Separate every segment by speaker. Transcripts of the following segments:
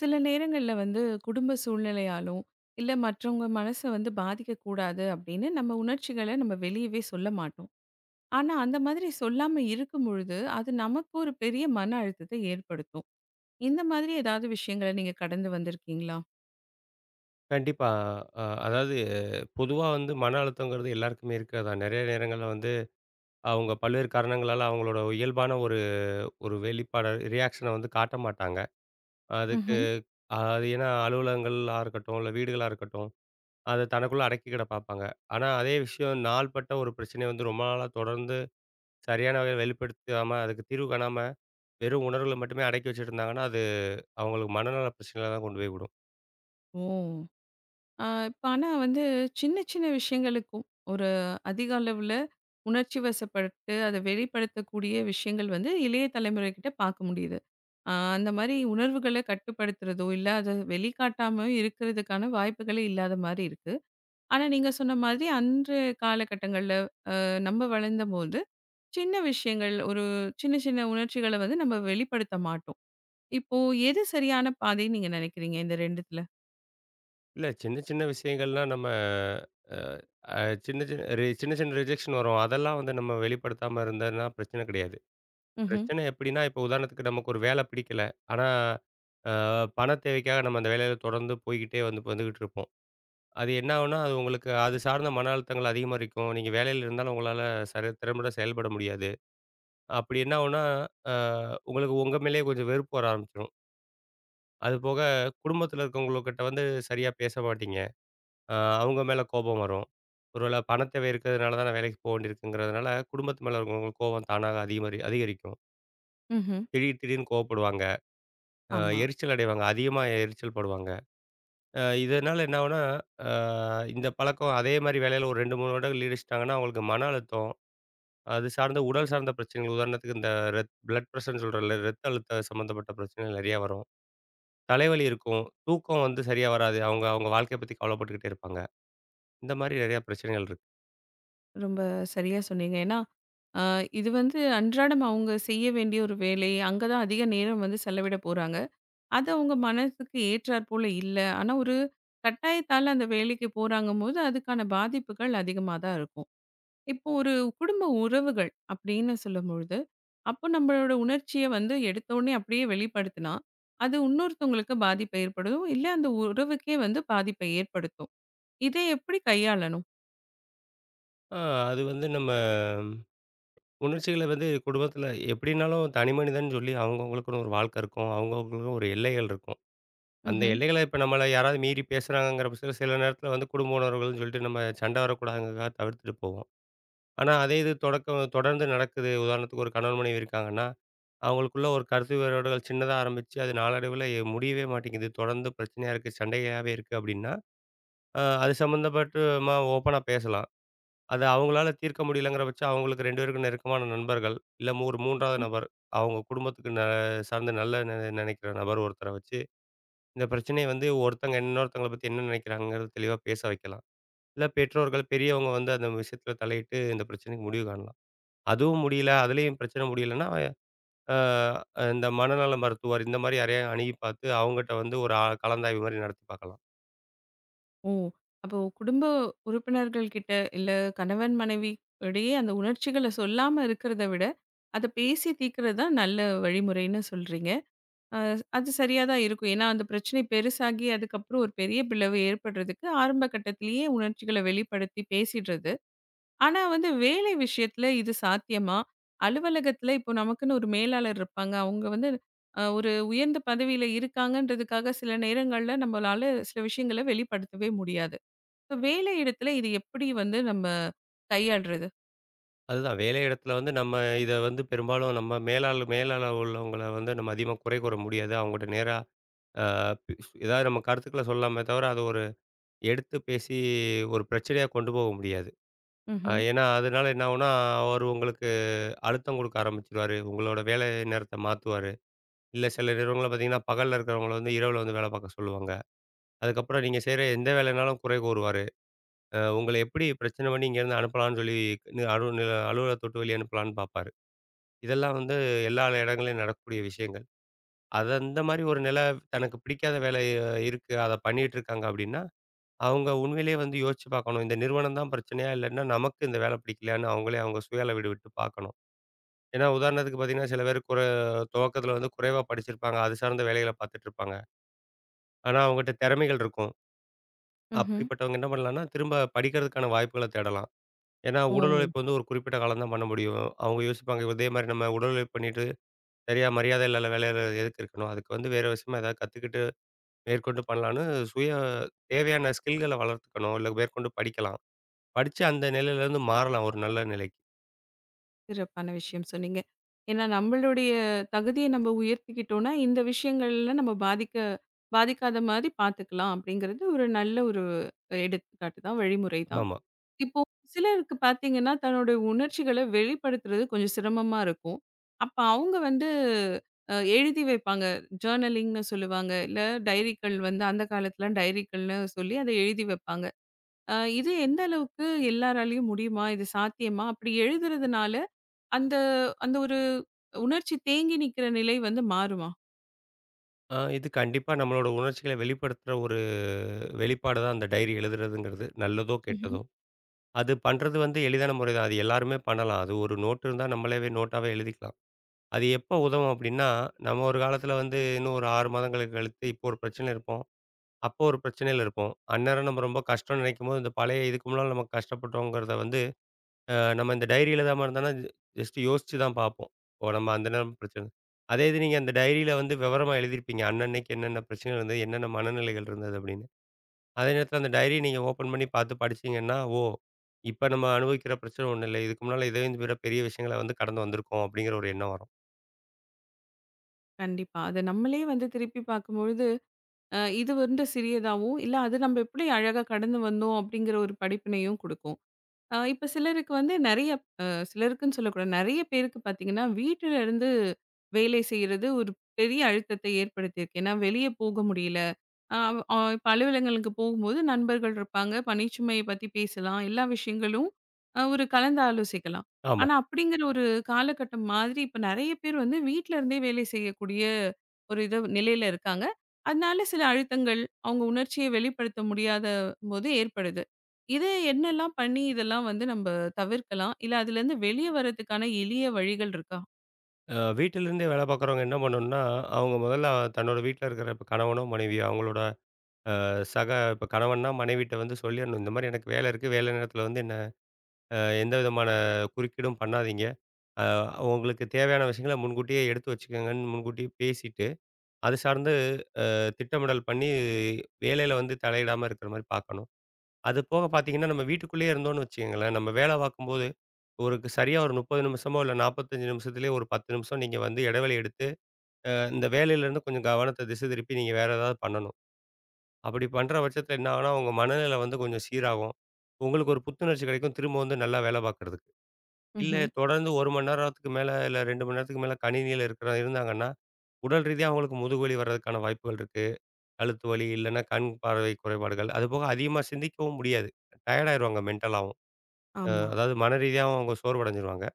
Speaker 1: சில நேரங்கள்ல வந்து குடும்ப சூழ்நிலையாலும், இல்ல மற்றவங்க மனச வந்து பாதிக்கக்கூடாது அப்படின்னு நம்ம உணர்ச்சிகள நம்ம வெளியவே சொல்ல மாட்டோம். ஆனா, அந்த மாதிரி சொல்லாம இருக்கும் பொழுது, அது நமக்கு ஒரு பெரிய மன அழுத்தத்த ஏற்படுத்தும். இந்த மாதிரி ஏதாவது விஷயங்கள நீங்க கடந்து வந்திருக்கீங்களா?
Speaker 2: கண்டிப்பா. அதாவது பொதுவா வந்து மன அழுத்தங்கிறது எல்லாருக்குமே இருக்கு. அதான் நெறைய நேரங்கள்ல வந்து அவங்க பல்வேறு காரணங்களால அவங்களோட இயல்பான ஒரு ஒரு வெளிப்பாட ரியாக்ஷன வந்து காட்ட மாட்டாங்க. அதுக்கு
Speaker 1: ம்ஹ்ம்.
Speaker 2: அது ஏன்னா அலுவலகங்களா இருக்கட்டும், இல்ல வீடுகளா இருக்கட்டும், அத தனக்குள்ள அடக்கிக்கிட பார்ப்பாங்க. ஆனா அதே விஷயம் நாள்பட்ட ஒரு பிரச்சனைய வந்து ரொம்ப நாளா தொடர்ந்து சரியான வகையில வெளிப்படுத்தாம, அதுக்கு தீர்வு காணாம, வெறும் உணர்வுகள மட்டுமே அடக்கி வச்சுட்டு இருந்தாங்கன்னா, அது அவங்களுக்கு மனநல பிரச்சனையில தான் கொண்டு போய் விடும்.
Speaker 1: ஓ! ஆ, இப்ப ஆனா வந்து சின்ன சின்ன விஷயங்களுக்கும் ஒரு அதிக அளவுல உணர்ச்சி வசப்பட்டு அதை வெளிப்படுத்தக்கூடிய விஷயங்கள் வந்து இளைய தலைமுறைகிட்ட பார்க்க முடியுது. ஆ, அந்த மாதிரி உணர்வுகளை கட்டுப்படுத்துறதோ, இல்ல அதை வெளிக்காட்டாம இருக்கிறதுக்கான வாய்ப்புகளே இல்லாத மாதிரி இருக்கு. ஆனா நீங்க சொன்ன மாதிரி அன்று காலகட்டங்கள்ல நம்ம வளர்ந்தபோது சின்ன விஷயங்கள் ஒரு சின்ன சின்ன உணர்ச்சிகளை வந்து நம்ம வெளிப்படுத்த மாட்டோம். இப்போ எது சரியான பாதைன்னு நீங்க நினைக்கிறீங்க இந்த 2த்துல?
Speaker 2: இல்ல. சின்ன, சின்ன விஷயங்கள்லாம் நம்ம அ அ சின்ன, சின்ன ரிஜெக்ஷன் வரும். அதெல்லாம் வந்து நம்ம வெளிப்படுத்தாம இருந்ததுன்னா பிரச்சனை கிடையாது.
Speaker 1: ம்ஹ்ம்.
Speaker 2: பிரச்சனை எப்படின்னா, இப்போ உதாரணத்துக்கு நமக்கு ஒரு வேலை பிடிக்கல. ஆனா, அ பண தேவைக்காக நம்ம அந்த வேலையில தொடர்ந்து போய்க்கிட்டே வந்து வந்துகிட்டு இருப்போம். அது என்ன ஆகும்னா, அது உங்களுக்கு அது சார்ந்த மன அழுத்தங்கள் அதிகமாரிக்கும். நீங்க வேலையில இருந்தாலும் உங்களால சரி திறம்பட செயல்பட முடியாது. அப்படி என்ன ஆகும்னா, அ உங்களுக்கு உங்க மேலேயே கொஞ்சம் வெறுப்பு வர ஆரம்பிச்சுரும். அதுபோக குடும்பத்தில இருக்கவங்ககிட்ட வந்து சரியா பேச மாட்டீங்க. அ அவங்க மேல கோபம் வரும். ஒருவேளை பணத் தேவை இருக்கிறதுனால தான் நான் வேலைக்கு போ வேண்டியிருக்குங்கிறதுனால, குடும்பத்து மேல இருக்கிறவங்களுக்கு கோபம் தானாக அதிகரிக்கும்.
Speaker 1: ம்ஹ்ம்.
Speaker 2: திடீர் திடீர்னு கோவப்படுவாங்க. அ
Speaker 1: ஆமா.
Speaker 2: எரிச்சல் அடைவாங்க. அதிகமா எரிச்சல் படுவாங்க. இதனால என்ன ஆகும்னா, அ இந்த பழக்கம் அதே மாரி வேலையில ஒரு 2, 3 வருடங்கள் ஈடுச்சுட்டாங்கன்னா, அவங்களுக்கு மன அழுத்தம், அது சார்ந்த உடல் சார்ந்த பிரச்சனைகள், உதாரணத்துக்கு இந்த ரெத் பிளட் பிரஷர்ன்னு சொல்றோம்ல, இரத்த அழுத்த சம்மந்தப்பட்ட பிரச்சனைகள் நெறையா வரும். தலைவலி இருக்கும். தூக்கம் வந்து சரியா வராது. அவங்க அவங்க வாழ்க்கைய பத்தி கவலைப்பட்டுக்கிட்டே இருப்பாங்க. இந்த மாரி நெறையா பிரச்சனைகள் இருக்கு.
Speaker 1: ரொம்ப சரியா சொன்னீங்க. ஏன்னா, அ இது வந்து அன்றாடம் அவங்க செய்ய வேண்டிய ஒரு வேலை. அங்க தான் அதிக நேரம் வந்து செலவிட போறாங்க. அது அவங்க மனசுக்கு ஏற்றார் போல இல்ல. ஆனா, ஒரு கட்டாயத்தால அந்த வேலைக்கு போறாங்கம்போது, அதுக்கான பாதிப்புகள் அதிகமா தான் இருக்கும். இப்போ ஒரு குடும்ப உறவுகள் அப்படின்னு சொல்லும்பொழுது, அப்போ நம்மளோட உணர்ச்சிய வந்து எடுத்த உடனே அப்படியே வெளிப்படுத்தினா, அது இன்னொருத்தவங்களுக்கு பாதிப்ப ஏற்படும். இல்ல அந்த உறவுக்கே வந்து பாதிப்பை ஏற்படுத்தும். இதை எப்படி கையாளணும்?
Speaker 2: ஆ அது வந்து நம்ம உணர்ச்சிகள வந்து குடும்பத்தில எப்படினாலும் தனி மனிதன்னு சொல்லி அவங்கவங்களுக்குன்னு ஒரு வாழ்க்கை இருக்கும். அவங்கவங்களுக்குன்னு ஒரு எல்லைகள் இருக்கும். அந்த
Speaker 1: ம்ஹ்ம்.
Speaker 2: எல்லைகள இப்ப நம்மள யாராவது மீறி பேசுறாங்கங்கிற பட்சத்தில சில நேரத்தில வந்து குடும்ப உணர்வுகள்னு சொல்லிட்டு நம்ம சண்டை வரக்கூடாதுங்கிறதுக்காக தவிர்த்துட்டு போவோம். ஆனா அதே இது தொடக்கம் தொடர்ந்து நடக்குது. உதாரணத்துக்கு ஒரு கணவன் மனைவி இருக்காங்கன்னா, அவங்களுக்குள்ள ஒரு கருத்து வேறுபாடுகள் சின்னதா ஆரம்பிச்சு, அது நாளடைவில முடியவே மாட்டேங்குது. தொடர்ந்து பிரச்சனையா இருக்கு, சண்டையாவே இருக்கு அப்படின்னா, அது சம்மந்தப்பட்டு ஓப்பனா பேசலாம். அது அவங்களால தீர்க்க முடியலங்கிற பட்சம் அவங்களுக்கு 2 பேருக்கும் நெருக்கமான நண்பர்கள், இல்ல ஒரு 3வது நபர், அவங்க குடும்பத்துக்கு சார்ந்த நல்ல நெனைக்கிற நபர் ஒருத்தர வச்சு, இந்த பிரச்சனைய வந்து ஒருத்தங்க இன்னொருத்தங்கள பத்தி என்ன நெனைக்கிறாங்கங்கிறத தெளிவா பேச வைக்கலாம். இல்ல பெற்றோர்கள் பெரியவங்க வந்து அந்த விஷயத்துல தலையிட்டு இந்த பிரச்சனைக்கு முடிவு காணலாம். அதுவும் முடியல, அதுலயும் பிரச்சனை முடியலன்னா, அ இந்த மனநல மருத்துவர் இந்த மாரி யாரையா அணுகி பார்த்து அவங்கட்ட வந்து ஒரு கலந்தாய்வு மாரி நடத்தி பார்க்கலாம்.
Speaker 1: ஓ! அப்போ குடும்ப உறுப்பினர்கள் கிட்ட, இல்ல கணவன், மனைவி இடையே அந்த உணர்ச்சிகள சொல்லாம இருக்கிறத விட, அத பேசி தீர்க்கிறது தான் நல்ல வழிமுறைன்னு சொல்றீங்க. அ அது சரியா தான் இருக்கும். ஏன்னா, அந்த பிரச்சனை பெருசாகி அதுக்கப்புறம் ஒரு பெரிய பிளவு ஏற்படுறதுக்கு ஆரம்ப கட்டத்திலேயே உணர்ச்சிகள வெளிப்படுத்தி பேசிடுறது. ஆனா வந்து வேலை விஷயத்துல இது சாத்தியமா? அலுவலகத்துல இப்போ நமக்குன்னு ஒரு மேலாளர் இருப்பாங்க. அவங்க வந்து ஒரு உயர்ந்த பதவியில இருக்காங்கன்றதுக்காக சில நேரங்கள்ல நம்மளால சில விஷயங்கள வெளிப்படுத்தவே முடியாது. இப்ப வேலை இடத்துல இது எப்படி வந்து நம்ம கையாள்றது?
Speaker 2: அதுதான் வேலை இடத்துல வந்து நம்ம இத வந்து பெரும்பாலும் நம்ம மேலாள மேலாள உள்ளவங்கள வந்து நம்ம அதிகமா குறை கூற முடியாது. அவங்ககிட்ட நேரா அ பி ஏதாவது நம்ம கருத்துக்கள சொல்லலாமே தவிர, அத ஒரு எடுத்து பேசி ஒரு பிரச்சனையா கொண்டு போக முடியாது.
Speaker 1: ம்ஹ்ம்.
Speaker 2: ஏன்னா, அதனால என்ன ஆகும்னா, அவரு உங்களுக்கு அழுத்தம் குடுக்க ஆரம்பிச்சுருவாரு. உங்களோட வேலை நேரத்த மாத்துவாரு. இல்ல சில நிறுவனங்கள்ல பார்த்தீங்கன்னா, பகல்ல இருக்கிறவங்கள வந்து இரவுல வந்து வேலை பார்க்க சொல்லுவாங்க. அதுக்கப்புறம் நீங்க செய்ற எந்த வேலைனாலும் குறை கூறுவாரு. உங்கள எப்படி பிரச்சனை பண்ணி இங்கேருந்து அனுப்பலாம்ன்னு சொல்லி நி அலு அலுவலகத்த விட்டு வெளிய அனுப்பலாம்ன்னு பார்ப்பாரு. இதெல்லாம் வந்து எல்லா இடங்கள்லயும் நடக்கக்கூடிய விஷயங்கள். அது அந்த மாரி ஒரு நிலை தனக்கு பிடிக்காத வேலை இருக்கு. அத பண்ணிட்டு இருக்காங்க அப்டின்னா, அவங்க உண்மையிலேயே வந்து யோசிச்சு பார்க்கணும். இந்த நிறுவனம் தான் பிரச்சனையா? இல்லன்னா நமக்கு இந்த வேலை பிடிக்கலையான்னு அவங்களே அவங்க சுய அளவீடு விட்டு பார்க்கணும். ஏன்னா உதாரணத்துக்கு பார்த்தீங்கன்னா, சில பேர் துவக்கத்தில வந்து குறைவா படிச்சிருப்பாங்க. அது சார்ந்த வேலைகள பார்த்துட்டு இருப்பாங்க. ஆனா அவங்ககிட்ட திறமைகள் இருக்கும்.
Speaker 1: ம்ஹ்ம்.
Speaker 2: அப்படிப்பட்டவங்க என்ன பண்ணலாம்னா, திரும்ப படிக்கிறதுக்கான வாய்ப்புகள தேடலாம். ஏன்னா
Speaker 1: ஓ!
Speaker 2: உடல் உழைப்பு வந்து ஒரு குறிப்பிட்ட காலம் தான் பண்ண முடியும். அவங்க யோசிப்பாங்க இதே மாரி நம்ம உடல் உழைப்பு பண்ணிட்டு சரியா மரியாதை இல்லாத வேலையில எதுக்கு இருக்கணும்? அதுக்கு வந்து வேற விஷயமா ஏதாவது கத்துக்கிட்டு மேற்கொண்டு பண்ணலான்னு சுய தேவையான ஸ்கில்கள வளர்த்துக்கணும். இல்ல மேற்கொண்டு படிக்கலாம். படிச்சு அந்த நிலையிலேருந்து மாறலாம் ஒரு நல்ல நிலைக்கு.
Speaker 1: சிறப்பான விஷயம் சொன்னீங்க. ஏன்னா நம்மளுடைய தகுதிய நம்ம உயர்த்திக்கிட்டோம்னா, இந்த விஷயங்கள்ல நம்ம பாதிக்க பாதிக்காத மாரி பார்த்துக்கலாம் அப்படிங்கிறது ஒரு நல்ல ஒரு எடுத்துக்காட்டு தான், வழிமுறை தான்.
Speaker 2: ஆமா.
Speaker 1: இப்போ சிலருக்கு பார்த்தீங்கன்னா, தன்னுடைய உணர்ச்சிகள வெளிப்படுத்துறது கொஞ்சம் சிரமமா இருக்கும். அப்ப அவங்க வந்து எழுதி வைப்பாங்க. ஜர்னலிங்ன்னு சொல்லுவாங்க. இல்ல டைரிகள் வந்து அந்த காலத்துல டைரிகள்னு சொல்லி அத எழுதி வைப்பாங்க. இது எந்த அளவுக்கு எல்லாராலயும் முடியுமா? இது சாத்தியமா? அப்படி எழுதுறதுனால அந்த அந்த ஒரு உணர்ச்சி தேங்கி நிக்கிற நிலை வந்து மாறுமா?
Speaker 2: இது கண்டிப்பா நம்மளோட உணர்ச்சிகள வெளிப்படுத்துற ஒரு வெளிப்பாடு தான் அந்த டைரி எழுதுறதுங்கிறது. நல்லதோ,
Speaker 1: ம்ஹ்ம்.
Speaker 2: கெட்டதோ. அது பண்றது வந்து எளிதான முறை தான். அது எல்லாருமே பண்ணலாம். அது ஒரு நோட் இருந்தா நம்மளாவே நோட்டாவே எழுதிக்கலாம். அது எப்போ உதவும் அப்டின்னா, நம்ம ஒரு காலத்தில வந்து இன்னும் ஒரு 6 மாதங்களுக்கு கழித்து இப்போ ஒரு பிரச்சனையில இருப்போம். அப்போ ஒரு பிரச்சனையில இருப்போம். அந்நேரம் நம்ம ரொம்ப கஷ்டம்னு நினைக்கும்போது, இந்த பழைய இதுக்கு முன்னால நம்ம கஷ்டப்பட்டோங்கிறத வந்து, நம்ம இந்த டைரி எழுதாம இருந்தோம்னா, ஜஸ்ட் யோசிச்சு தான் பார்ப்போம். ஓ! நம்ம அந்த நேரம் பிரச்சனை. அதே இது நீங்க அந்த டைரியில வந்து விவரமா எழுதியிருப்பீங்க. அன்னன்னைக்கு என்னென்ன பிரச்சனை இருந்தது, என்னென்ன மனநிலைகள் இருந்தது அப்படின்னு. அதே நேரத்தில அந்த டைரி நீங்க ஓப்பன் பண்ணி பார்த்து படிச்சீங்கன்னா, ஓ! இப்ப நம்ம அனுபவிக்கிற பிரச்சனை ஒண்ணும் இல்ல. இதுக்கு முன்னால இதை விட பெரிய விஷயங்கள வந்து கடந்து வந்திருக்கோம் அப்படிங்கிற ஒரு எண்ணம் வரும்.
Speaker 1: கண்டிப்பா. அத நம்மளே வந்து திருப்பி பார்க்கும்பொழுது, இது வந்து சிறியதாவும், இல்ல அது நம்ம எப்படி அழகா கடந்து வந்தோம் அப்படிங்கிற ஒரு படிப்பினையும் குடுக்கும். இப்ப சிலருக்கு வந்து நெறைய அ சிலருக்குன்னு சொல்லக்கூடாது. நெறைய பேருக்கு பார்த்தீங்கன்னா, வீட்டில இருந்து வேலை செய்றது ஒரு பெரிய அழுத்தத்தை ஏற்படுத்தியிருக்கு. ஏன்னா வெளிய போக முடியல. ஆ, இப்ப அலுவலகங்களுக்கு போகும்போது நண்பர்கள் இருப்பாங்க. பணிச்சுமைய பத்தி பேசலாம். எல்லா விஷயங்களும் ஒரு கலந்து ஆலோசிக்கலாம்.
Speaker 2: ஆமா.
Speaker 1: ஆனா, அப்படிங்கிற ஒரு காலகட்டம் மாதிரி இப்ப நெறைய பேர் வந்து வீட்ல இருந்தே வேலை செய்யக்கூடிய ஒரு இது நிலையில இருக்காங்க. அதனால சில அழுத்தங்கள், அவங்க உணர்ச்சிய வெளிப்படுத்த முடியாத போது ஏற்படுது. இத என்னெல்லாம் பண்ணி இதெல்லாம் வந்து நம்ப தவிர்க்கலாம்? இல்ல அதுலேருந்து வெளிய வரதுக்கான எளிய வழிகள் இருக்கா?
Speaker 2: வீட்டிலிருந்தே வேலை பார்க்குறவங்க என்ன பண்ணணும்னா, அவங்க முதல்ல தன்னோட வீட்ல இருக்கிற இப்ப கணவனோ, மனைவியோ அவங்களோட சக இப்போ கணவன்னா மனைவிட்ட வந்து சொல்லிடணும். இந்த மாதிரி எனக்கு வேலை இருக்கு. வேலை நேரத்தில வந்து என்ன அ எந்த விதமான குறுக்கீடும் பண்ணாதீங்க. அ உங்களுக்கு தேவையான விஷயங்கள முன்கூட்டியே எடுத்து வச்சுக்கங்கன்னு முன்கூட்டியே பேசிட்டு, அது சார்ந்து திட்டமிடல் பண்ணி வேலையில வந்து தலையிடாம இருக்கிற மாரி பார்க்கணும். அது போக பார்த்தீங்கன்னா, நம்ம வீட்டுக்குள்ளேயே இருந்தோம்னு வச்சுக்கங்களேன், நம்ம வேலை பார்க்கும்போது ஒரு சரியா ஒரு 30 நிமிஷமோ இல்ல 45 நிமிஷத்துலேயே ஒரு 10 நிமிஷம் நீங்க வந்து இடைவெளி எடுத்து, இந்த வேலையிலேருந்து கொஞ்சம் கவனத்த திசை திருப்பி நீங்க வேற ஏதாவது பண்ணணும். அப்படி பண்ற பட்சத்தில என்ன ஆகும்னா, உங்க மனநிலை வந்து கொஞ்சம் சீராகும். உங்களுக்கு ஒரு புத்துணர்ச்சி கிடைக்கும். திரும்ப வந்து நல்லா வேலை பார்க்கறதுக்கு. இல்ல
Speaker 1: ம்ஹ்ம்.
Speaker 2: தொடர்ந்து 1 மணி நேரத்துக்கு மேல, இல்ல 2 மணி நேரத்துக்கு மேல கணினியில இருந்தாங்கன்னா, உடல் ரீதியா அவங்களுக்கு முதுகு வலி வர்றதுக்கான வாய்ப்புகள் இருக்கு. கழுத்து வலி, இல்லன்னா கண் பார்வை குறைபாடுகள். அதுபோக அதிகமா சிந்திக்கவும் முடியாது. டயர்ட் ஆயிருவாங்க மென்டலாவும். அ
Speaker 1: ஆமா.
Speaker 2: அதாவது மன ரீதியாவும் அவங்க சோர்வடைஞ்சிருவாங்க.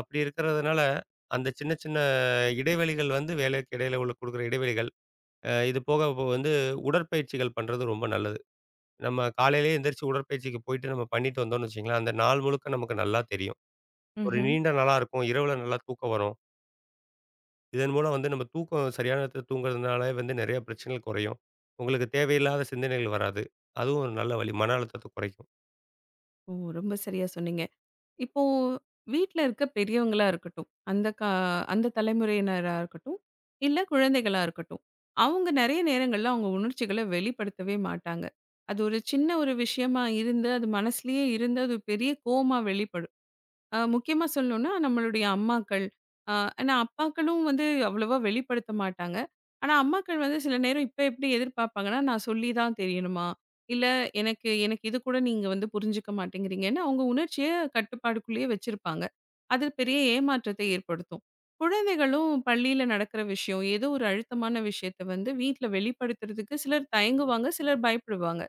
Speaker 2: அப்படி இருக்கிறதுனால, அந்த சின்ன சின்ன இடைவெளிகள் வந்து வேலைக்கு இடையில உள்ள குடுக்குற இடைவெளிகள், இது போக இப்போ வந்து உடற்பயிற்சிகள் பண்றது ரொம்ப நல்லது. நம்ம காலையிலேயே எந்திரிச்சு உடற்பயிற்சிக்கு போயிட்டு நம்ம பண்ணிட்டு வந்தோம்னு வச்சுக்கங்களேன், அந்த நாள் முழுக்க நமக்கு நல்லா தெரியும். ஒரு
Speaker 1: ம்ஹ்ம்.
Speaker 2: நீண்ட நாளா இருக்கும். இரவுல நல்லா தூக்கம் வரும். இதன் மூலம் வந்து நம்ம தூக்கம் சரியான நேரத்தில தூங்குறதுனாலே வந்து நிறைய பிரச்சனைகள் குறையும். உங்களுக்கு தேவையில்லாத சிந்தனைகள் வராது. அதுவும் ஒரு நல்ல வழி. மன அழுத்தத்த குறைக்கும்.
Speaker 1: ஓ! ரொம்ப சரியா சொன்னீங்க. இப்போ வீட்ல இருக்க பெரியவங்களா இருக்கட்டும், அந்த தலைமுறையினரா இருக்கட்டும், இல்ல குழந்தைகளா இருக்கட்டும். அவங்க நெறைய நேரங்கள்ல அவங்க உணர்ச்சிகள வெளிப்படுத்தவே மாட்டாங்க. அது ஒரு சின்ன ஒரு விஷயமா இருந்து, அது மனசுலயே இருந்து, அது பெரிய கோவமா வெளிப்படும். முக்கியமா சொல்லணும்னா, நம்மளுடைய அம்மாக்கள். அ ஆனா அப்பாக்களும் வந்து அவ்வளவா வெளிப்படுத்த மாட்டாங்க. ஆனா அம்மாக்கள் வந்து சில நேரம் இப்ப எப்படி எதிர்பார்ப்பாங்கன்னா, நான் சொல்லி தான் தெரியணுமா? இல்ல எனக்கு எனக்கு இது கூட நீங்க வந்து புரிஞ்சுக்க மாட்டேங்கிறீங்கன்னு, அவங்க உணர்ச்சிய கட்டுப்பாடுக்குள்ளேயே வச்சிருப்பாங்க. அது பெரிய ஏமாற்றத்தை ஏற்படுத்தும். குழந்தைகளும் பள்ளியில நடக்கிற விஷயம், ஏதோ ஒரு அழுத்தமான விஷயத்த வந்து வீட்ல வெளிப்படுத்துறதுக்கு சிலர் தயங்குவாங்க, சிலர் பயப்படுவாங்க.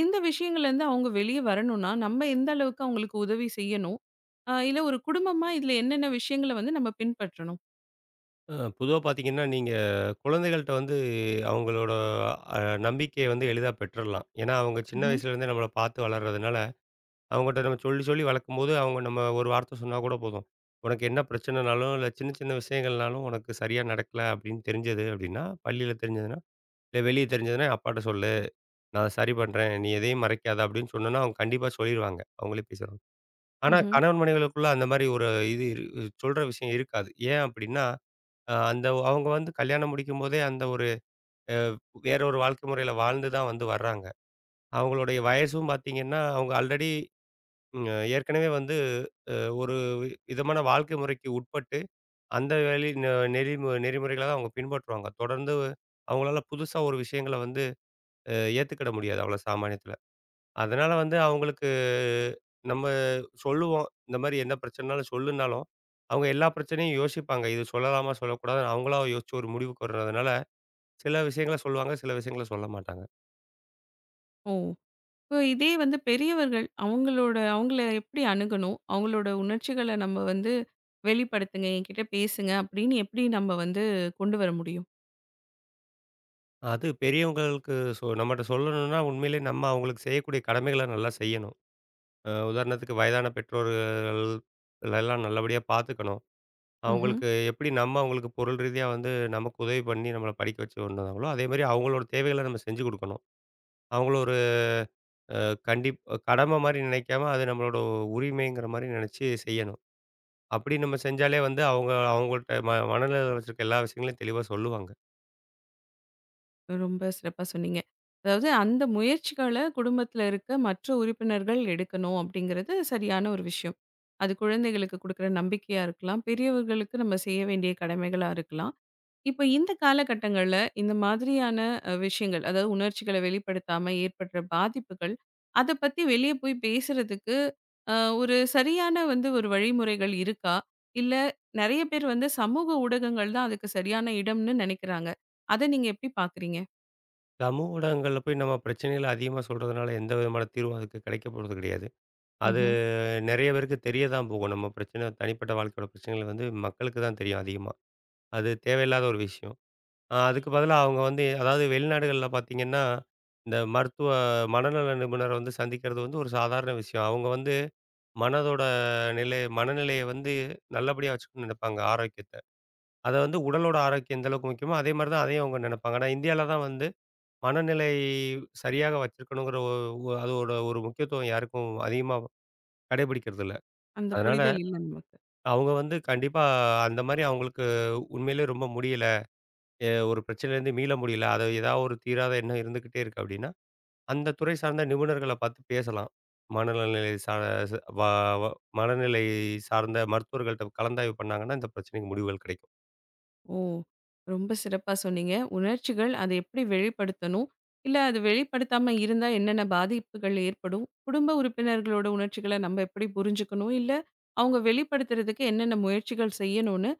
Speaker 1: இந்த விஷயங்கள்லேருந்து அவங்க வெளியே வரணும்னா, நம்ம எந்த அளவுக்கு அவங்களுக்கு உதவி செய்யணும்? இல்ல ஒரு குடும்பமா இதில என்னென்ன விஷயங்கள வந்து நம்ம பின்பற்றணும்?
Speaker 2: பொதுவா பார்த்தீங்கன்னா, நீங்க குழந்தைகள்ட்ட வந்து அவங்களோட அ நம்பிக்கைய வந்து எளிதா பெற்றுறலாம். ஏன்னா, அவங்க சின்ன
Speaker 1: ம்ஹ்ம்.
Speaker 2: வயசுலேருந்தே நம்மள பார்த்து வளர்றதுனால அவங்கட்ட நம்ம சொல்லி சொல்லி வளர்க்கும்போது, அவங்க நம்ம ஒரு வார்த்தை சொன்னா கூட போதும். உனக்கு என்ன பிரச்சனைனாலும், இல்ல சின்ன சின்ன விஷயங்கள்னாலும் உனக்கு சரியா நடக்கல அப்படின்னு தெரிஞ்சது அப்படின்னா, பள்ளியில தெரிஞ்சதுன்னா, இல்ல வெளிய தெரிஞ்சதுன்னா அப்பாட்ட சொல்லு. நான் அத சரி பண்றேன். நீ எதையும் மறைக்காத அப்படின்னு சொன்னோம்னா, அவங்க கண்டிப்பா சொல்லிருவாங்க. அவங்களே பேசிருவாங்க. ஆனா
Speaker 1: ம்ஹ்ம்.
Speaker 2: கணவன் மனைவிகளுக்குள்ள அந்த மாரி ஒரு இது இரு சொல்ற விஷயம் இருக்காது. ஏன் அப்படின்னா, அந்த அவங்க வந்து கல்யாணம் முடிக்கும்போதே அந்த ஒரு அ வேற ஒரு வாழ்க்கை முறையில வாழ்ந்து தான் வந்து வர்றாங்க. அவங்களுடைய வயசும் பார்த்தீங்கன்னா, அவங்க ஆல்ரெடி ம், அ ஏற்கனவே வந்து அ ஒரு விதமான வாழ்க்கை முறைக்கு உட்பட்டு, அந்த வழி ந நெறி நெறிமுறைகள தான் அவங்க பின்பற்றுவாங்க. தொடர்ந்து அவங்களால புதுசா ஒரு விஷயங்கள வந்து அ ஏத்துக்கிட முடியாது, அவ்வளோ சாமானியத்துல. அதனால வந்து அவங்களுக்கு நம்ம சொல்லுவோம், இந்த மாரி எந்த பிரச்சனைனாலும் சொல்லுனாலும், அவங்க எல்லா பிரச்சனையும் யோசிப்பாங்க. இது சொல்லலாமா? சொல்லக்கூடாதான்னு அவங்களா யோசிச்சு ஒரு முடிவுக்கு வர்றதுனால, சில விஷயங்கள சொல்லுவாங்க, சில விஷயங்கள சொல்ல மாட்டாங்க.
Speaker 1: ஓ! இப்போ இதே வந்து பெரியவர்கள் அவங்களோட அவங்கள எப்படி அணுகணும்? அவங்களோட உணர்ச்சிகள நம்ம வந்து வெளிப்படுத்துங்க, என்கிட்ட பேசுங்க அப்படின்னு எப்படி நம்ம வந்து கொண்டு வர முடியும்?
Speaker 2: அது பெரியவங்களுக்கு நம்மட்ட சொல்லணும்னா, உண்மையிலேயே நம்ம அவங்களுக்கு செய்யக்கூடிய கடமைகள நல்லா செய்யணும். உதாரணத்துக்கு வயதான பெற்றோர்கள் எல்லாம் நல்லபடியா பார்த்துக்கணும்.
Speaker 1: ம்ஹ்ம்.
Speaker 2: அவங்களுக்கு எப்படி நம்ம அவங்களுக்கு பொருள் ரீதியா வந்து நமக்கு உதவி பண்ணி நம்மள படிக்க வச்சு கொண்டு வந்தாங்களோ, அதேமாரி அவங்களோட தேவைகள நம்ம செஞ்சு குடுக்கணும். அவங்கள ஒரு அ கண்டிப் கடமை மாரி நினைக்காம, அது நம்மளோட உரிமைங்கிற மாரி நினைச்சு செய்யணும். அப்படி நம்ம செஞ்சாலே வந்து அவங்க அவங்கள்ட்ட மனநிலையில வச்சிருக்க எல்லா விஷயங்களையும் தெளிவா சொல்லுவாங்க.
Speaker 1: ரொம்ப சிறப்பா சொன்னீங்க. அதாவது அந்த முயற்சிகள குடும்பத்தில இருக்க மற்ற உறுப்பினர்கள் எடுக்கணும் அப்படிங்கிறது சரியான ஒரு விஷயம். அது குழந்தைகளுக்கு குடுக்குற நம்பிக்கையா இருக்கலாம். பெரியவர்களுக்கு நம்ம செய்ய வேண்டிய கடமைகளா இருக்கலாம். இப்ப இந்த காலகட்டங்கள்ல இந்த மாதிரியான விஷயங்கள், அதாவது உணர்ச்சிகள வெளிப்படுத்தாம ஏற்படுற பாதிப்புகள், அத பத்தி வெளிய போய் பேசுறதுக்கு அ ஒரு சரியான வந்து ஒரு வழிமுறைகள் இருக்கா? இல்ல நெறைய பேர் வந்து சமூக ஊடகங்கள் தான் அதுக்கு சரியான இடம்னு நெனைக்கிறாங்க. அத நீங்க எப்படி பார்க்குறீங்க?
Speaker 2: சமூக ஊடகங்கள்ல போய் நம்ம பிரச்சனைகள அதிகமா சொல்றதுனால எந்த விதமான தீர்வும் அதுக்கு கிடைக்க போறது கிடையாது. அது
Speaker 1: ம்ஹ்ம்.
Speaker 2: நிறைய பேருக்கு தெரிய தான் போகும். நம்ம பிரச்சனை தனிப்பட்ட வாழ்க்கையோட பிரச்சனைகள் வந்து மக்களுக்கு தான் தெரியும் அதிகமா. அது தேவையில்லாத ஒரு விஷயம். அதுக்கு பதிலா அவங்க வந்து அதாவது வெளிநாடுகள்ல பார்த்தீங்கன்னா, இந்த மனநல நிபுணர வந்து சந்திக்கிறது வந்து ஒரு சாதாரண விஷயம். அவங்க வந்து மனதோட மனநிலைய வந்து நல்லபடியா வச்சுக்கணும்னு நெனைப்பாங்க ஆரோக்கியத்த. அத வந்து உடலோட ஆரோக்கியம் எந்த அளவுக்கு முக்கியமோ, அதே மாரி தான் அதையும் அவங்க நெனைப்பாங்க. ஆனா இந்தியால தான் வந்து மனநிலை சரியாக வச்சிருக்கணுங்கிற ஒ ஒ அதோட ஒரு முக்கியத்துவம் யாருக்கும் அதிகமா கடைபிடிக்கிறதில்ல.
Speaker 1: அந்த
Speaker 2: அதனால
Speaker 1: புரிதல் இல்ல நமக்கு.
Speaker 2: அவங்க வந்து கண்டிப்பா அந்த மாரி அவங்களுக்கு உண்மையிலே ரொம்ப முடியல. ஒரு பிரச்சனையிலேருந்து மீள முடியல. அது ஏதாவது ஒரு தீராத எண்ணம் இருந்துகிட்டே இருக்கு அப்டின்னா, அந்த துறை சார்ந்த நிபுணர்கள பார்த்து பேசலாம். மனநலநிலை சா ச வ வ மனநிலை சார்ந்த மருத்துவர்கள்ட்ட கலந்தாய்வு பண்ணாங்கன்னா, இந்த பிரச்சனைக்கு முடிவுகள் கிடைக்கும்.
Speaker 1: ஓ! ரொம்ப சிறப்பா சொன்னீங்க. உணர்ச்சிகள் அதை எப்படி வெளிப்படுத்தணும்? இல்ல அது வெளிப்படுத்தாம இருந்தா என்னென்ன பாதிப்புகள் ஏற்படும்? குடும்ப உறுப்பினர்களோட உணர்ச்சிகள நம்ம எப்படி புரிஞ்சுக்கணும்? இல்ல அவங்க வெளிப்படுத்துறதுக்கு என்னென்ன முயற்சிகள் செய்யணும்னு,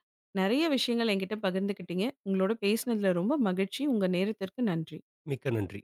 Speaker 1: நெறைய விஷயங்கள் என்கிட்ட பகிர்ந்துக்கிட்டீங்க. உங்களோட பேசினதுல ரொம்ப மகிழ்ச்சி. உங்க நேரத்திற்கு நன்றி.
Speaker 2: மிக்க நன்றி.